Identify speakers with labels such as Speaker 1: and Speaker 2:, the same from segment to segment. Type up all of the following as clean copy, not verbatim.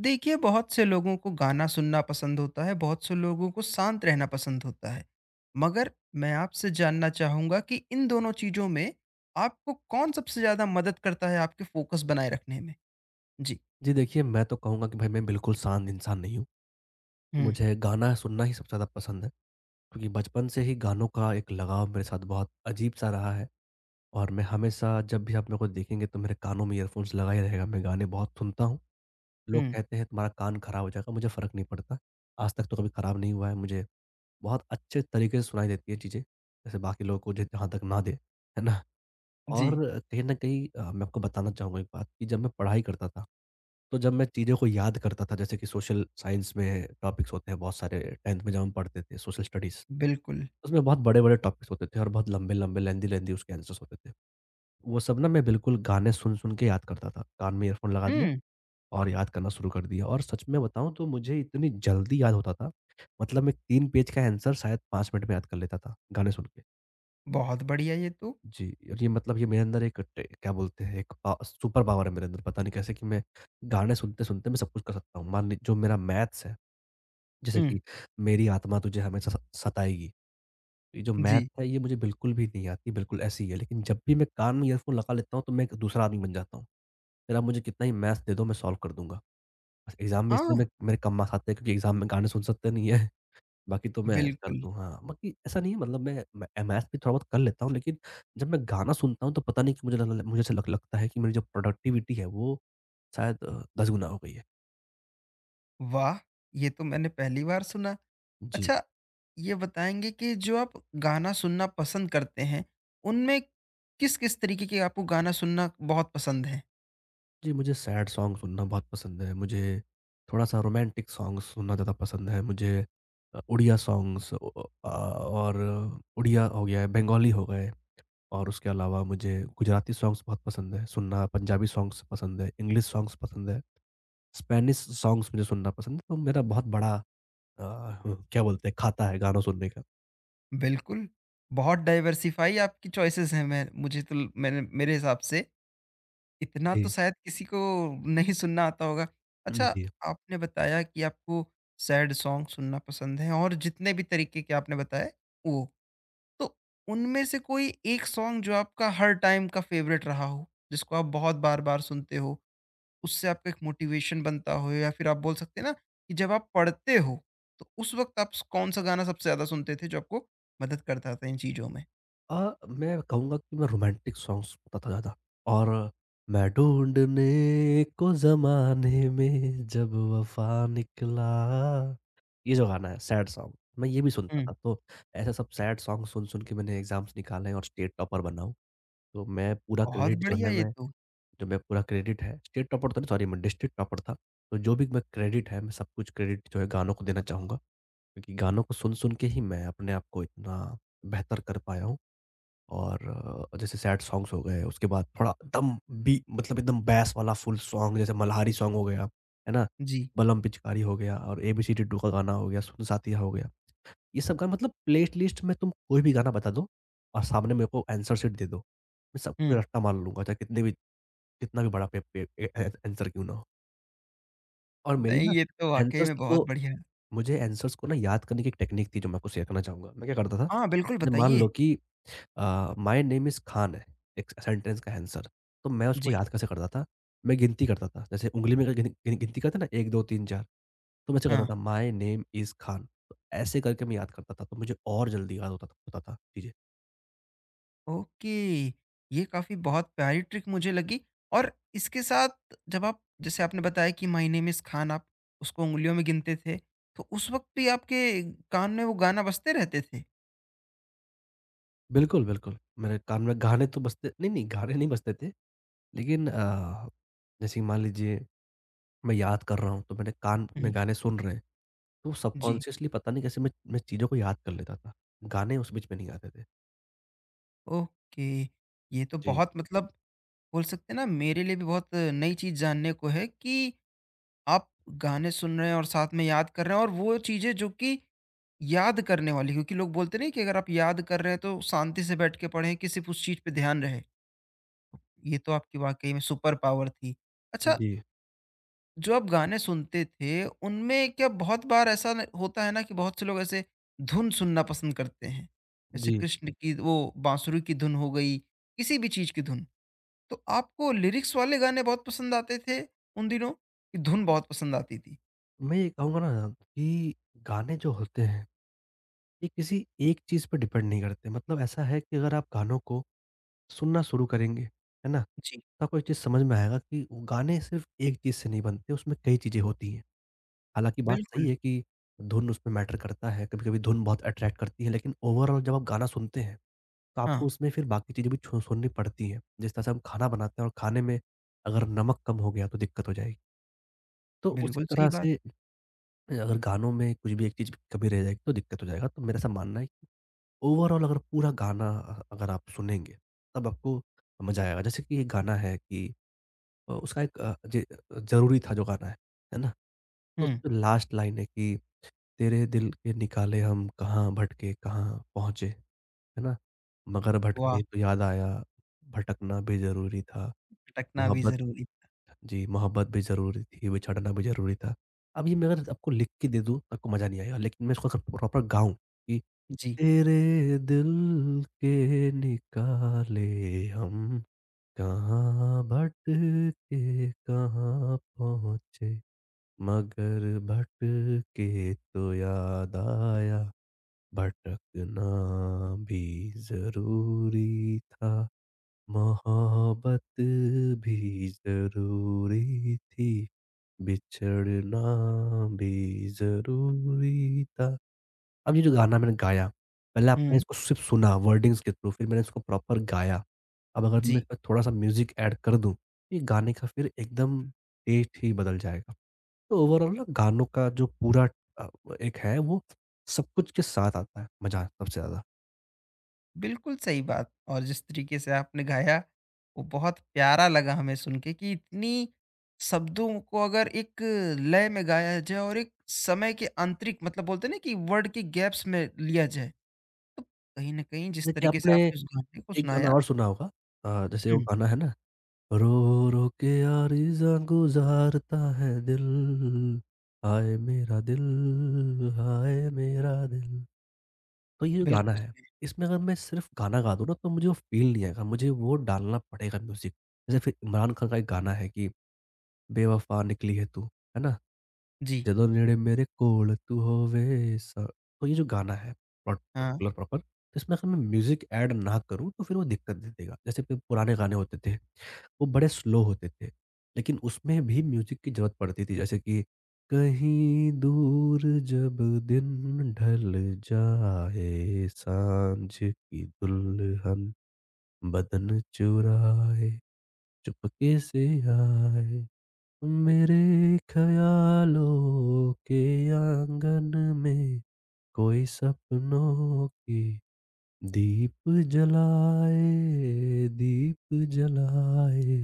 Speaker 1: देखिए, बहुत से लोगों को गाना सुनना पसंद होता है, बहुत से लोगों को शांत रहना पसंद होता है। मगर मैं आपसे जानना चाहूँगा कि इन दोनों चीज़ों में आपको कौन सबसे ज़्यादा मदद करता है आपके फ़ोकस बनाए रखने में? जी।
Speaker 2: जी देखिए, मैं तो कहूँगा कि भाई मैं बिल्कुल शांत इंसान नहीं हूँ।
Speaker 1: हुँ,
Speaker 2: मुझे गाना सुनना ही सबसे ज़्यादा पसंद है क्योंकि बचपन से ही गानों का एक लगाव मेरे साथ बहुत अजीब-सा रहा है और मैं हमेशा जब भी आप मेरे को देखेंगे तो मेरे कानों में ईयरफ़ोन्स लगा ही रहेगा। मैं गाने बहुत सुनता हूँ। लोग
Speaker 1: हुँ,
Speaker 2: कहते हैं तुम्हारा कान खराब हो जाएगा, मुझे फ़र्क नहीं पड़ता। आज तक तो कभी खराब नहीं हुआ है। मुझे बहुत अच्छे तरीके से सुनाई देती है चीज़ें, जैसे बाकी लोगों को ज जहाँ तक ना दे, है ना?
Speaker 1: जी,
Speaker 2: और कहीं न कहीं मैं आपको बताना चाहूँगा एक बात कि जब मैं पढ़ाई करता था तो जब मैं चीज़ों को याद करता था जैसे कि सोशल साइंस में टॉपिक्स होते हैं बहुत सारे 10th में जब हम पढ़ते थे सोशल स्टडीज़,
Speaker 1: बिल्कुल।
Speaker 2: उसमें बहुत बड़े-बड़े टॉपिक्स होते थे और बहुत लंबे-लंबे, लेंथी-लेंथी उसके आंसर्स होते थे। वो सब ना मैं बिल्कुल गाने सुन-सुन के याद करता था। कान में ईयरफ़ोन लगा दिया
Speaker 1: हुँ,
Speaker 2: और याद करना शुरू कर दिया और सच में बताऊँ तो मुझे इतनी जल्दी याद होता था, मतलब मैं 3 पेज का आंसर शायद 5 मिनट में याद कर लेता था गाने सुन के।
Speaker 1: बहुत बढ़िया ये तो।
Speaker 2: जी, और ये मतलब ये मेरे अंदर एक टे क्या बोलते हैं एक पा सुपर पावर है मेरे अंदर पता नहीं कैसे कि मैं गाने सुनते-सुनते मैं सब कुछ कर सकता हूँ। मान ली जो मेरा मैथ्स है जैसे
Speaker 1: हुँ,
Speaker 2: कि मेरी आत्मा तुझे हमेशा सताएगी ये जो मैथ
Speaker 1: जी।
Speaker 2: है ये मुझे बिल्कुल भी नहीं आती बिल्कुल ऐसी ही है लेकिन जब भी मैं कान में ईयरफोन लगा लेता हूँ तो मैं एक दूसरा आदमी बन जाता हूँ फिर आप मुझे कितना ही मैथ्स दे दो मैं सॉल्व कर दूंगा बस एग्जाम में
Speaker 1: हाँ,
Speaker 2: इसलिए मैं मेरे कम मार्क्स आते हैं क्योंकि एग्जाम में गाने सुन सकते नहीं है बाकी तो मैं कर
Speaker 1: बिल्कुल।
Speaker 2: दूँ हाँ बाकी ऐसा नहीं है मतलब मैं मैथ्स भी थोड़ा बहुत कर लेता हूँ लेकिन जब मैं गाना सुनता हूँ तो पता नहीं कि मुझे ऐसा लगता है कि मेरी जो प्रोडक्टिविटी है वो शायद 10 गुना हो गई है।
Speaker 1: वाह! ये तो मैंने पहली बार सुना।
Speaker 2: जी।
Speaker 1: अच्छा, ये बताएँगे कि जो आप गाना सुनना पसंद करते हैं, उनमें किस-किस तरीके के आपको गाना सुनना बहुत पसंद है?
Speaker 2: जी, मुझे सैड सॉन्ग सुनना बहुत पसंद है। मुझे थोड़ा-सा रोमांटिक सॉन्ग्स सुनना ज़्यादा पसंद है। मुझे उड़िया सॉन्ग्स ओ ओ अ, और उड़िया हो गया, है, बंगाली हो गए और उसके अलावा मुझे गुजराती सॉन्ग्स बहुत पसंद है सुनना, पंजाबी सॉन्ग्स पसंद है, इंग्लिश सॉन्ग्स पसंद है, स्पेनिश सॉन्ग्स मुझे सुनना पसंद है। तो मेरा बहुत बड़ा अ, क्या बोलते हैं खाता है गाना सुनने का।
Speaker 1: बिल्कुल, बहुत डाइवर्सिफ़ाई आपकी चॉइसेस हैं। मैं मुझे तो मैंने मेरे हिसाब से इतना तो
Speaker 2: जी।
Speaker 1: शायद किसी को नहीं सुनना आता होगा।
Speaker 2: हुँ,
Speaker 1: अच्छा,
Speaker 2: जी।
Speaker 1: आपने बताया कि आपको सैड सॉन्ग सुनना पसंद है और जितने भी तरीके के आपने बताए, वो। तो उनमें से कोई एक सॉन्ग जो आपका हर टाइम का फ़ेवरेट रहा हो, जिसको आप बहुत बार-बार सुनते हो? उससे आपका एक मोटिवेशन बनता हो या फिर आप बोल सकते हैं ना कि जब आप पढ़ते हो तो उस वक्त आप कौन सा गाना सबसे ज्यादा सुनते थे जो आपको मदद करता था इन चीजों में।
Speaker 2: मैं कहूँगा कि मैं रोमांटिक सॉन्ग्स सुनता था ज़्यादा और मैं ढूँढने को ज़माने में जब वफ़ा निकला, ये जो गाना है सैड सॉन्ग, मैं ये भी सुनता
Speaker 1: हम्म,
Speaker 2: था। तो ऐसे सब सैड सॉन्ग सुन-सुन के मैंने एग्ज़ाम्स निकाले और स्टेट टॉपर बना हूँ। तो मैं पूरा
Speaker 1: बहुत
Speaker 2: क्रेडिट जो
Speaker 1: बढ़िया
Speaker 2: है
Speaker 1: ये
Speaker 2: मैं
Speaker 1: तो।
Speaker 2: जो मैं पूरा क्रेडिट है स्टेट टॉपर तो नहीं सॉरी मैं डिस्ट्रिक्ट टॉपर था। तो जो भी मैं क्रेडिट है मैं सब कुछ क्रेडिट जो है गानों को देना चाहूँगा। क्योंकि गानों को सुन-सुन के ही मैं अपने आप को इतना बेहतर कर पाया हूँ। और जैसे सैड सॉन्ग्स हो गए, उसके बाद थोड़ा दम बी मतलब एकदम बैस वाला फुल सॉन्ग जैसे मल्हारी सॉन्ग हो गया, है ना?
Speaker 1: जी।
Speaker 2: बलम पिचकारी हो गया और एबीसी डिड्डू का गाना हो गया, सुन साथिया हो गया। ये सब गाना मतलब प्लेलिस्ट में तुम कोई भी गाना बता दो और सामने मेरे को आंसर शीट दे दो। मैं सबको
Speaker 1: हम्म।
Speaker 2: रट्टा मार लूँगा चाहे कितने भी कितना भी बड़ा पे पे ए ए आंसर क्यों ना हो। और मेरी
Speaker 1: नहीं,
Speaker 2: ना
Speaker 1: ये तो वाकई
Speaker 2: आंसर्स
Speaker 1: में बहुत
Speaker 2: को
Speaker 1: बढ़िया है।
Speaker 2: मुझे आंसर्स को ना याद करने की एक टेक्निक थी जो मैं आपको शेयर करना चाहूँगा। मैं क्या करता था,
Speaker 1: हाँ, बिल्कुल
Speaker 2: जैसे मान
Speaker 1: बताइए।
Speaker 2: लो कि माय नेम इज़ खान है, एक सेंटेंस का आंसर। तो मैं
Speaker 1: जी।
Speaker 2: उसको याद कैसे करता था, मैं गिनती करता था। जैसे उँगली में अगर गिन गिन गिनती करते हैं ना 1, 2, 3, 4 तो मैं ऐसे करता
Speaker 1: हाँ।
Speaker 2: था माय नेम इज़ खान। तो ऐसे करके मैं याद करता था, तो मुझे और जल्दी याद होता था चीज़ें।
Speaker 1: ओके, ये काफी बहुत प्यारी ट्रिक मुझे लगी और इसके साथ जब आप जैसे आपने बताया कि महीने में इस खान आप उसको उंगलियों में गिनते थे, तो उस वक्त भी आपके कान में वो गाना बजते रहते थे।
Speaker 2: बिल्कुल, बिल्कुल। मेरे कान में गाने तो बजते नहीं, नहीं गाने नहीं बजते थे, लेकिन जैसे कि मान लीजिए मैं याद कर रहा हूँ, तो मेरे कान में
Speaker 1: हम्म,
Speaker 2: गाने सुन रहे हैं, तो
Speaker 1: जी।
Speaker 2: सबकॉन्शियसली पता नहीं कैसे मैं चीज़ों को याद कर लेता था। गाने उस बीच में नहीं आते थे।
Speaker 1: ओके, ये तो
Speaker 2: जी।
Speaker 1: बहुत मतलब बोल सकते हैं ना मेरे लिए भी बहुत नई चीज जानने को है कि आप गाने सुन रहे हैं और साथ में याद कर रहे हैं और वो चीजें जो कि याद करने वाली क्योंकि लोग बोलते नहीं कि अगर आप याद कर रहे हैं तो शांति से बैठ के पढ़ें कि सिर्फ उस चीज पे ध्यान रहे। ये तो आपकी वाकई में सुपर पावर थी। अच्छा,
Speaker 2: जी।
Speaker 1: जो आप गाने सुनते थे उनमें क्या बहुत बार ऐसा होता है ना कि बहुत से लोग ऐसे धुन सुनना पसंद करते हैं, जैसे
Speaker 2: जी।
Speaker 1: कृष्ण की वो बांसुरी की धुन हो गई, किसी भी चीज की धुन। तो आपको लिरिक्स वाले गाने बहुत पसंद आते थे उन दिनों कि धुन बहुत पसंद आती थी?
Speaker 2: मैं ये कहूँगा ना कि गाने जो होते हैं, ये किसी एक चीज़ पे डिपेंड नहीं करते। मतलब ऐसा है कि अगर आप गानों को सुनना शुरू करेंगे, है ना? तो
Speaker 1: जी,
Speaker 2: आपको एक चीज़ समझ में आएगा कि वो गाने सिर्फ़ एक चीज़ से नहीं बनते, उसमें कई चीज़ें होती हैं। हालाँकि बात सही
Speaker 1: बिल्कुल।
Speaker 2: है कि धुन उसमें मैटर करता है, कभी-कभी धुन बहुत अट्रैक्ट करती है, लेकिन ओवरऑल जब आप गाना सुनते हैं, तो
Speaker 1: हाँ,
Speaker 2: आपको उसमें फिर बाकी चीज़ें भी छो सुननी पड़ती हैं। जिस तरह से हम खाना बनाते हैं और खाने में अगर नमक कम हो गया तो दिक्कत हो जाएगी। तो उसी
Speaker 1: बिल्कुल सही
Speaker 2: तरह
Speaker 1: बात।
Speaker 2: से अगर गानों में कुछ भी एक चीज़ कमी रह जाएगी तो दिक्कत हो जाएगा। तो मेरा ऐसा मानना है कि ओवरऑल अगर पूरा गाना अगर आप सुनेंगे तब आपको मज़ा आएगा। जैसे कि एक गाना है कि उसका एक अ, जे ज़रूरी था जो गाना है ना? तो
Speaker 1: हुँ,
Speaker 2: उसमें लास्ट लाइन है कि तेरे दिल के निकाले हम कहाँ भटके कहाँ पहुँचे, है ना? मगर
Speaker 1: वाह!
Speaker 2: भटके तो याद आया भटकना बेज़रूरी था
Speaker 1: भटकना भी
Speaker 2: मोहब्बत
Speaker 1: ज़रूरी था।
Speaker 2: जी, मोहब्बत भी ज़रूरी थी, बिछड़ना भी ज़रूरी था। अब ये मैं अगर आपको लिख के दे दूँ, आपको मज़ा नहीं आएगा, लेकिन मैं इसको अगर प्रॉपर गाऊँ कि
Speaker 1: जी,
Speaker 2: तेरे दिल के निकाले हम कहाँ भटके कहाँ पहुँचे, मगर भटके तो याद आया भटकना भी ज़रूरी था। मोहब्बत भी ज़रूरी थी, बिछड़ना भी ज़रूरी था। अब ये जो गाना मैंने गाया, पहले आपने
Speaker 1: हुँ,
Speaker 2: इसको सिर्फ़ सुना वर्डिंग्स के थ्रू, फिर मैंने इसको प्रॉपर गाया। अब अगर मैं
Speaker 1: जी,
Speaker 2: इसमें थोड़ा-सा म्यूज़िक ऐड कर दूँ, ये गाने का फिर एकदम टेस्ट ही बदल जाएगा। तो ओवरऑल ना गानों का जो पूरा अ, एक है वो सब कुछ के साथ आता है मज़ा सबसे ज़्यादा।
Speaker 1: बिल्कुल सही बात और जिस तरीके से आपने गाया, वो बहुत प्यारा लगा हमें सुन के कि इतनी शब्दों को अगर एक लय में गाया जाए और एक समय के आंतरिक मतलब बोलते हैं ना कि वर्ड के गैप्स में लिया जाए। तो कहीं न कहीं जिस
Speaker 2: जैसे कि
Speaker 1: तरीके से
Speaker 2: आपने
Speaker 1: आपने उस गाने को
Speaker 2: एक गाना
Speaker 1: सुनाया।
Speaker 2: और सुना होगा जैसे वो
Speaker 1: हुँ,
Speaker 2: गाना है ना रो रो के आरिज़ां गुज़ारता है दिल, हाय मेरा दिल, हाय मेरा दिल। तो ये जो गाना
Speaker 1: बिल्कुल
Speaker 2: है,
Speaker 1: सुने।
Speaker 2: इसमें अगर मैं सिर्फ़ गाना गा दूँ ना तो मुझे वो फ़ील नहीं आएगा, मुझे वो डालना पड़ेगा म्यूज़िक। जैसे फिर इमरान खान का एक गाना है कि बेवफ़ा निकली है तू, है ना?
Speaker 1: जी,
Speaker 2: ਜਦੋਂ ਨੇੜੇ ਮੇਰੇ ਕੋਲ ਤੂੰ ਹੋਵੇ ਸ तो ये जो गाना है प्रोट
Speaker 1: हाँ।
Speaker 2: पर्टिकुलर प्रॉपर तो इसमें अगर मैं म्यूज़िक ऐड ना करूँ तो फिर वो दिक्कत दे देगा। जैसे कि पुराने गाने होते थे, वो बड़े स्लो होते थे, लेकिन उसमें भी म्यूज़िक की ज़रूरत पड़ती थी जैसे कि कहीं दूर जब दिन ढल जाए सांझ की दुल्हन बदन चुराए चुपके से आए। मेरे ख़यालों के आँगन में कोई सपनों की दीप जलाए, दीप जलाए।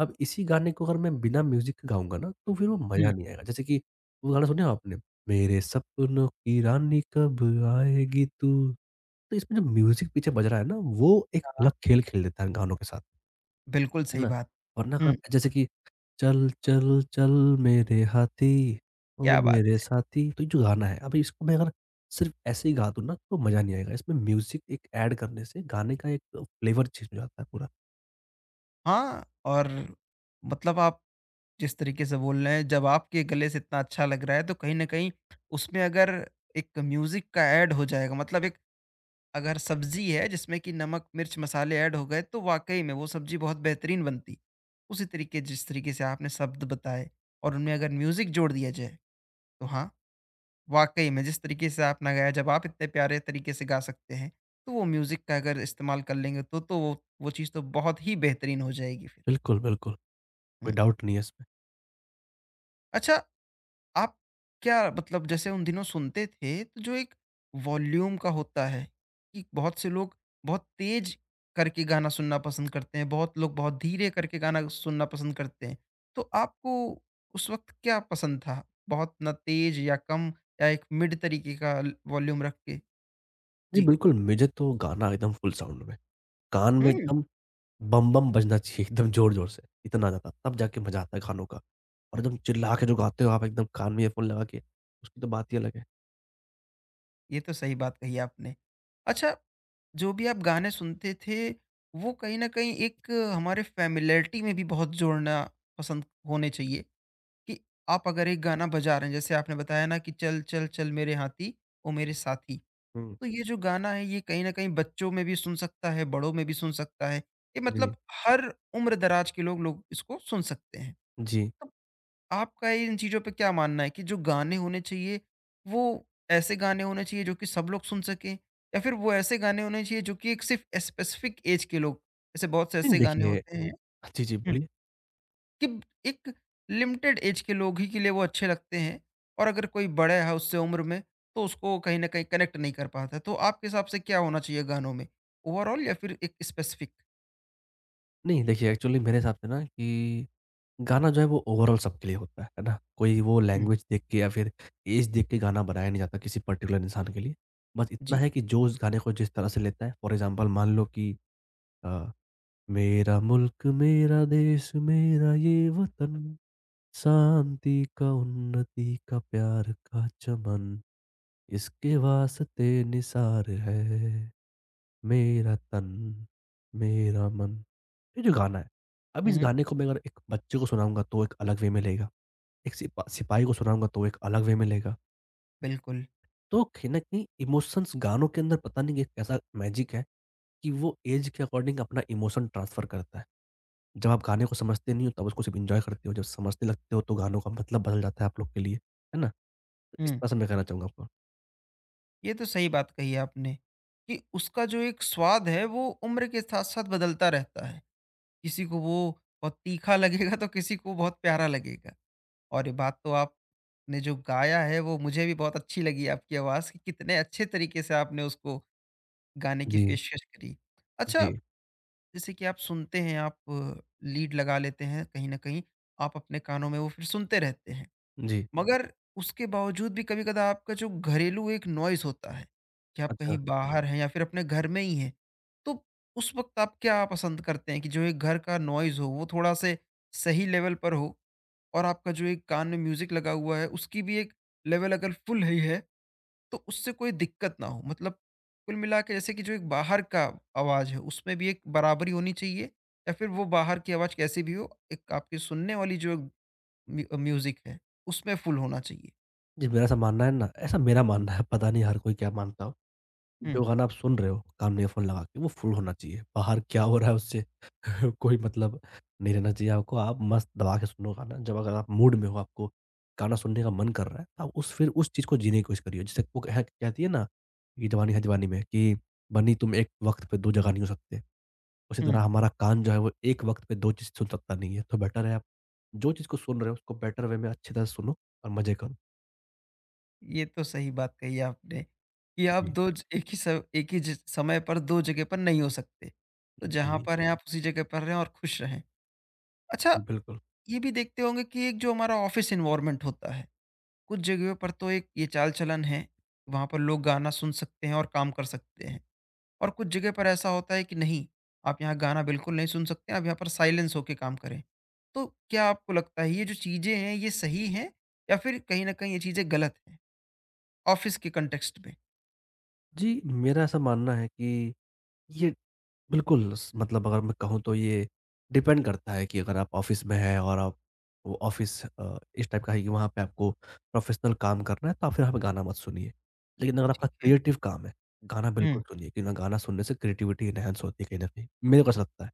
Speaker 2: अब इसी गाने को अगर मैं बिना म्यूज़िक के गाऊँगा ना, तो फिर वो
Speaker 1: हुँ,
Speaker 2: मज़ा नहीं आएगा। जैसे कि वो गाना सुने आपने? मेरे सपनों की रानी कब आएगी तू? तो इसमें जो म्यूज़िक पीछे बज रहा है ना, वो एक
Speaker 1: हाँ,
Speaker 2: अलग खेल खेल देता है गानों के साथ,
Speaker 1: बिल्कुल
Speaker 2: है
Speaker 1: सही
Speaker 2: ना?
Speaker 1: बात।
Speaker 2: वरना अगर
Speaker 1: हुँ,
Speaker 2: आप जैसे कि चल, चल, चल मेरे हाथी, ओ
Speaker 1: क्या बात
Speaker 2: मेरे
Speaker 1: है!
Speaker 2: साथी। तो ये जो गाना है, अभी इसको मैं अगर सिर्फ़ ऐसे ही गा दूँ ना, तो मज़ा नहीं आएगा। इसमें म्यूज़िक एक ऐड करने से गाने का एक फ्लेवर चेंज हो जाता है पूरा।
Speaker 1: हाँ, और मतलब आप जिस तरीके से बोल रहे हैं, जब आपके गले से इतना अच्छा लग रहा है, तो कहीं न कहीं उसमें अगर एक म्यूज़िक का ऐड हो जाएगा, मतलब एक अगर सब्ज़ी है, जिसमें कि नमक, मिर्च, मसाले ऐड हो गए, तो वाक़ई में वो सब्ज़ी बहुत बेहतरीन बनती। उसी तरीके जिस तरीके से आपने शब्द बताए और उनमें अगर म्यूज़िक जोड़ दिया जाए, तो हाँ, वाक़ई में जिस तरीके से आपने गाया, जब आप इतने प्यारे तरीके से गा सकते हैं, तो वो म्यूज़िक का अगर इस्तेमाल कर लेंगे तो वो चीज़ तो बहुत ही बेहतरीन हो जाएगी फिर।
Speaker 2: बिल्कुल, बिल्कुल,
Speaker 1: हुँ।
Speaker 2: कोई डाउट नहीं है इसमें।
Speaker 1: अच्छा, आप क्या मतलब जैसे उन दिनों सुनते थे, तो जो एक वॉल्यूम का होता है कि बहुत से लोग बहुत तेज़ करके गाना सुनना पसंद करते हैं, बहुत लोग बहुत धीरे करके गाना सुनना पसंद करते हैं। तो आपको उस वक़्त क्या पसंद था? बहुत ना तेज़ या कम या एक मिड तरीके का ल वॉल्यूम रख के?
Speaker 2: जी,
Speaker 1: जी।
Speaker 2: बिल्कुल, मुझे तो गाना एकदम फुल साउंड में, कान में
Speaker 1: हुँ।
Speaker 2: एकदम बम-बम बजना चाहिए, एकदम ज़ोर-ज़ोर से, इतना ज़्यादा, तब जाके मज़ा आता है गानों का। और एकदम चिल्ला के जो गाते हो आप एकदम कान में ईयरफ़ोन लगा के, उसकी तो बात ही अलग है।
Speaker 1: ये तो सही बात कही आपने। अच्छा, जो भी आप गाने सुनते थे, वो कहीं न कहीं एक हमारे फ़ैमिलियरिटी में भी बहुत जोड़ना पसंद होने चाहिए कि आप अगर एक गाना बजा रहे हैं, जैसे आपने बताया ना कि चल, चल, चल मेरे हाथी ओ मेरे साथी।
Speaker 2: हुँ,
Speaker 1: तो ये जो गाना है, ये कहीं न कहीं बच्चों में भी सुन सकता है, बड़ों में भी सुन सकता है। ये
Speaker 2: जी,
Speaker 1: मतलब हर उम्र दराज के लोग लोग इसको सुन सकते हैं। तो
Speaker 2: जी।
Speaker 1: आपका इन चीज़ों पे क्या मानना है कि जो गाने होने चाहिए, वो ऐसे गाने होने चाहिए जो कि सब लोग सुन सकें या फिर वो ऐसे गाने होने चाहिए जो कि एक सिर्फ़ स्पेसिफ़िक ऐज के लोग, जैसे बहुत से
Speaker 2: नहीं
Speaker 1: ऐसे गाने
Speaker 2: देखिए
Speaker 1: होते हैं
Speaker 2: जी, जी,
Speaker 1: हुँ,
Speaker 2: बोलिए।
Speaker 1: कि एक लिमिटेड ऐज के लोग ही के लिए वो अच्छे लगते हैं और अगर कोई बड़ा है उससे उम्र में, तो उसको कहीं न कहीं कनेक्ट नहीं कर पाता है। तो आपके हिसाब से क्या होना चाहिए गानों में? ओवरऑल या फिर एक स्पेसिफ़िक?
Speaker 2: नहीं, देखिए एक्चुअली मेरे हिसाब से ना कि गाना जो है वो ओवरऑल सबके लिए होता है ना? कोई वो
Speaker 1: हुँ,
Speaker 2: लैंग्वेज देख के या फिर ऐज देख के गाना बनाया नहीं जाता किसी पर्टिकुलर इंसान के लिए। बस इतना
Speaker 1: जी।
Speaker 2: है कि जो उस गाने को जिस तरह से लेता है फॉर एग्ज़ाम्पल मान लो कि अ, मेरा मुल्क मेरा देश मेरा ये वतन, शांति का उन्नति का प्यार का चमन, इसके वास्ते निसार है मेरा तन, मेरा मन। ये जो गाना है, अब
Speaker 1: हुँ,
Speaker 2: इस
Speaker 1: हुँ,
Speaker 2: गाने को मैं अगर एक बच्चे को सुनाऊँगा तो एक अलग वे में लेगा, एक सिपाही को सुनाऊँगा तो एक अलग वे में लेगा।
Speaker 1: बिल्कुल।
Speaker 2: तो कहीं न कहीं इमोशंस गानों के अंदर पता नहीं एक ऐसा मैजिक है कि वो ऐज के अकॉर्डिंग अपना इमोशन ट्रांसफ़र करता है। जब आप गाने को समझते नहीं हो तब उसको सिर्फ़ एन्जॉय करते हो, जब समझने लगते हो तो गानों का मतलब बदल जाता है आप लोग के लिए, है ना? तो इस
Speaker 1: हुँ।
Speaker 2: तरह से मैं कहना चाहूँगा आपको।
Speaker 1: ये तो सही बात कही आपने कि उसका जो एक स्वाद है वो उम्र के साथ साथ बदलता रहता है, किसी को वो बहुत तीखा लगेगा तो किसी को बहुत प्यारा लगेगा। और ये बात तो आपने जो गाया है वो मुझे भी बहुत अच्छी लगी आपकी आवाज़ कि कितने अच्छे तरीके से आपने उसको गाने की
Speaker 2: जी,
Speaker 1: पेशकश करी। अच्छा,
Speaker 2: जी,
Speaker 1: जैसे कि आप सुनते हैं आप लीड लगा लेते हैं कहीं ना कहीं, आप अपने कानों में वो फिर सुनते रहते हैं।
Speaker 2: जी।
Speaker 1: मगर उसके बावजूद भी कभी-कदा आपका जो घरेलू एक नॉइज़ होता है, कि आप
Speaker 2: अच्छा,
Speaker 1: कहीं बाहर हैं या फिर अपने घर में ही हैं, तो उस वक़्त आप क्या पसंद करते हैं कि जो एक घर का नॉइज़ हो, वो थोड़ा-से सही लेवल पर हो और आपका जो एक कान में म्यूज़िक लगा हुआ है, उसकी भी एक लेवल अगर फुल ही है, तो उससे कोई दिक्कत ना हो? मतलब कुल मिला के जैसे कि जो एक बाहर का आवाज़ है, उसमें भी एक बराबरी होनी चाहिए या फिर वो बाहर की आवाज़ कैसी भी हो, एक आपकी सुनने वाली जो म्यूज़िक है, उसमें फुल होना चाहिए?
Speaker 2: जी मेरा ऐसा मानना है ना ऐसा मेरा मानना है, पता नहीं हर कोई क्या मानता हो। जो
Speaker 1: हुँ,
Speaker 2: गाना आप सुन रहे हो कान में ईयरफ़ोन लगा के वो फुल होना चाहिए। बाहर क्या हो रहा है उससे कोई मतलब नहीं रहना चाहिए आपको। आप मस्त दबा के सुनो गाना। जब अगर आप मूड में हो आपको गाना सुनने का मन कर रहा है, तो आप उस फिर उस चीज़ को जीने की कोशिश करिए। जैसे वो कह कहती है ना कि जवानी है दीवानी में कि बनी तुम एक वक़्त पे 2 जगह नहीं हो सकते। उसी तरह
Speaker 1: हुँ।
Speaker 2: हमारा कान जो है वो एक वक़्त पे 2 चीज़ सुन सकता नहीं है। तो बेटर है आप जो चीज़ को सुन रहे हो उसको बेटर वे में अच्छी तरह से सुनो और मज़े करो।
Speaker 1: ये तो सही बात कही आपने कि आप
Speaker 2: जी,
Speaker 1: 2 ज एक ही ज समय पर 2 जगह पर नहीं हो सकते। तो जहाँ
Speaker 2: जी,
Speaker 1: पर हैं, जी। आप उसी जगह पर रहें और खुश रहें। अच्छा,
Speaker 2: जी बिल्कुल।
Speaker 1: ये भी देखते होंगे कि एक जो हमारा ऑफ़िस एनवायरनमेंट होता है, कुछ जगहों पर तो एक ये चाल-चलन है, वहाँ पर लोग गाना सुन सकते हैं और काम कर सकते हैं। और कुछ जगह पर ऐसा होता है कि नहीं, आप यहाँ गाना बिल्कुल नहीं सुन सकते, आप यहाँ पर साइलेंस होके काम करें। तो क्या आपको लगता है, ये जो चीज़ें हैं, ये सही हैं या फिर कहीं न कहीं ये चीज़ें गलत हैं? ऑफ़िस के कॉन्टेक्स्ट में,
Speaker 2: जी, मेरा ऐसा मानना है कि ये बिल्कुल, स मतलब अगर मैं कहूँ तो ये डिपेंड करता है कि अगर आप ऑफ़िस में हैं और आप वो ऑफ़िस इस टाइप का है कि वहाँ पे आपको प्रोफ़ेशनल काम करना है, तो आप फिर वहाँ पे गाना मत सुनिए। लेकिन अगर आपका
Speaker 1: ठीक है।
Speaker 2: क्रिएटिव काम है, गाना
Speaker 1: हुँ,
Speaker 2: बिल्कुल सुनिए क्योंकि ना गाना सुनने से क्रिएटिविटी एनहांस होती है कहीं न कहीं। मेरे को ऐसा लगता है,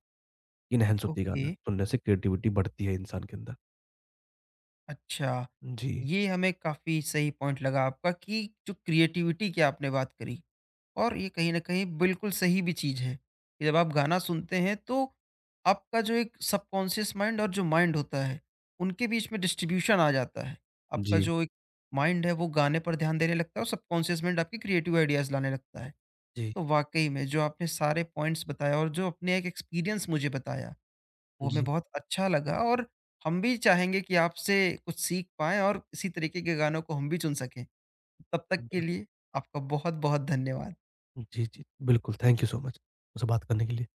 Speaker 2: एनहांस होती है
Speaker 1: ओके,
Speaker 2: गाना सुनने से क्रिएटिविटी बढ़ती है इंसान के अंदर।
Speaker 1: अच्छा।
Speaker 2: जी,
Speaker 1: ये हमें काफ़ी सही पॉइंट लगा आपका कि जो क्रिएटिविटी की आपने बात करी और ये कहीं न कहीं बिल्कुल सही भी चीज़ है, कि जब आप गाना सुनते हैं तो आपका जो एक सबकॉन्शियस माइंड और जो माइंड होता है, उनके बीच में डिस्ट्रीब्यूशन आ जाता है। आपका
Speaker 2: जी,
Speaker 1: जो एक माइंड है वो गाने पर ध्यान देने लगता है और सबकॉन्शियस माइंड आपकी क्रिएटिव आइडियाज़ लाने लगता है।
Speaker 2: जी,
Speaker 1: तो वाक़ई में जो आपने सारे पॉइंट्स बताए और जो अपने एक एक्सपीरियंस मुझे बताया, वो हमें
Speaker 2: जी,
Speaker 1: बहुत अच्छा लगा और हम भी चाहेंगे कि आपसे कुछ सीख पाएँ और इसी तरीके के गानों को हम भी चुन सकें। तब तक के
Speaker 2: बिल
Speaker 1: लिए आपका बहुत-बहुत धन्यवाद।
Speaker 2: जी, जी। बिल्कुल, थैंक यू सो मच मुझसे बात करने के लिए।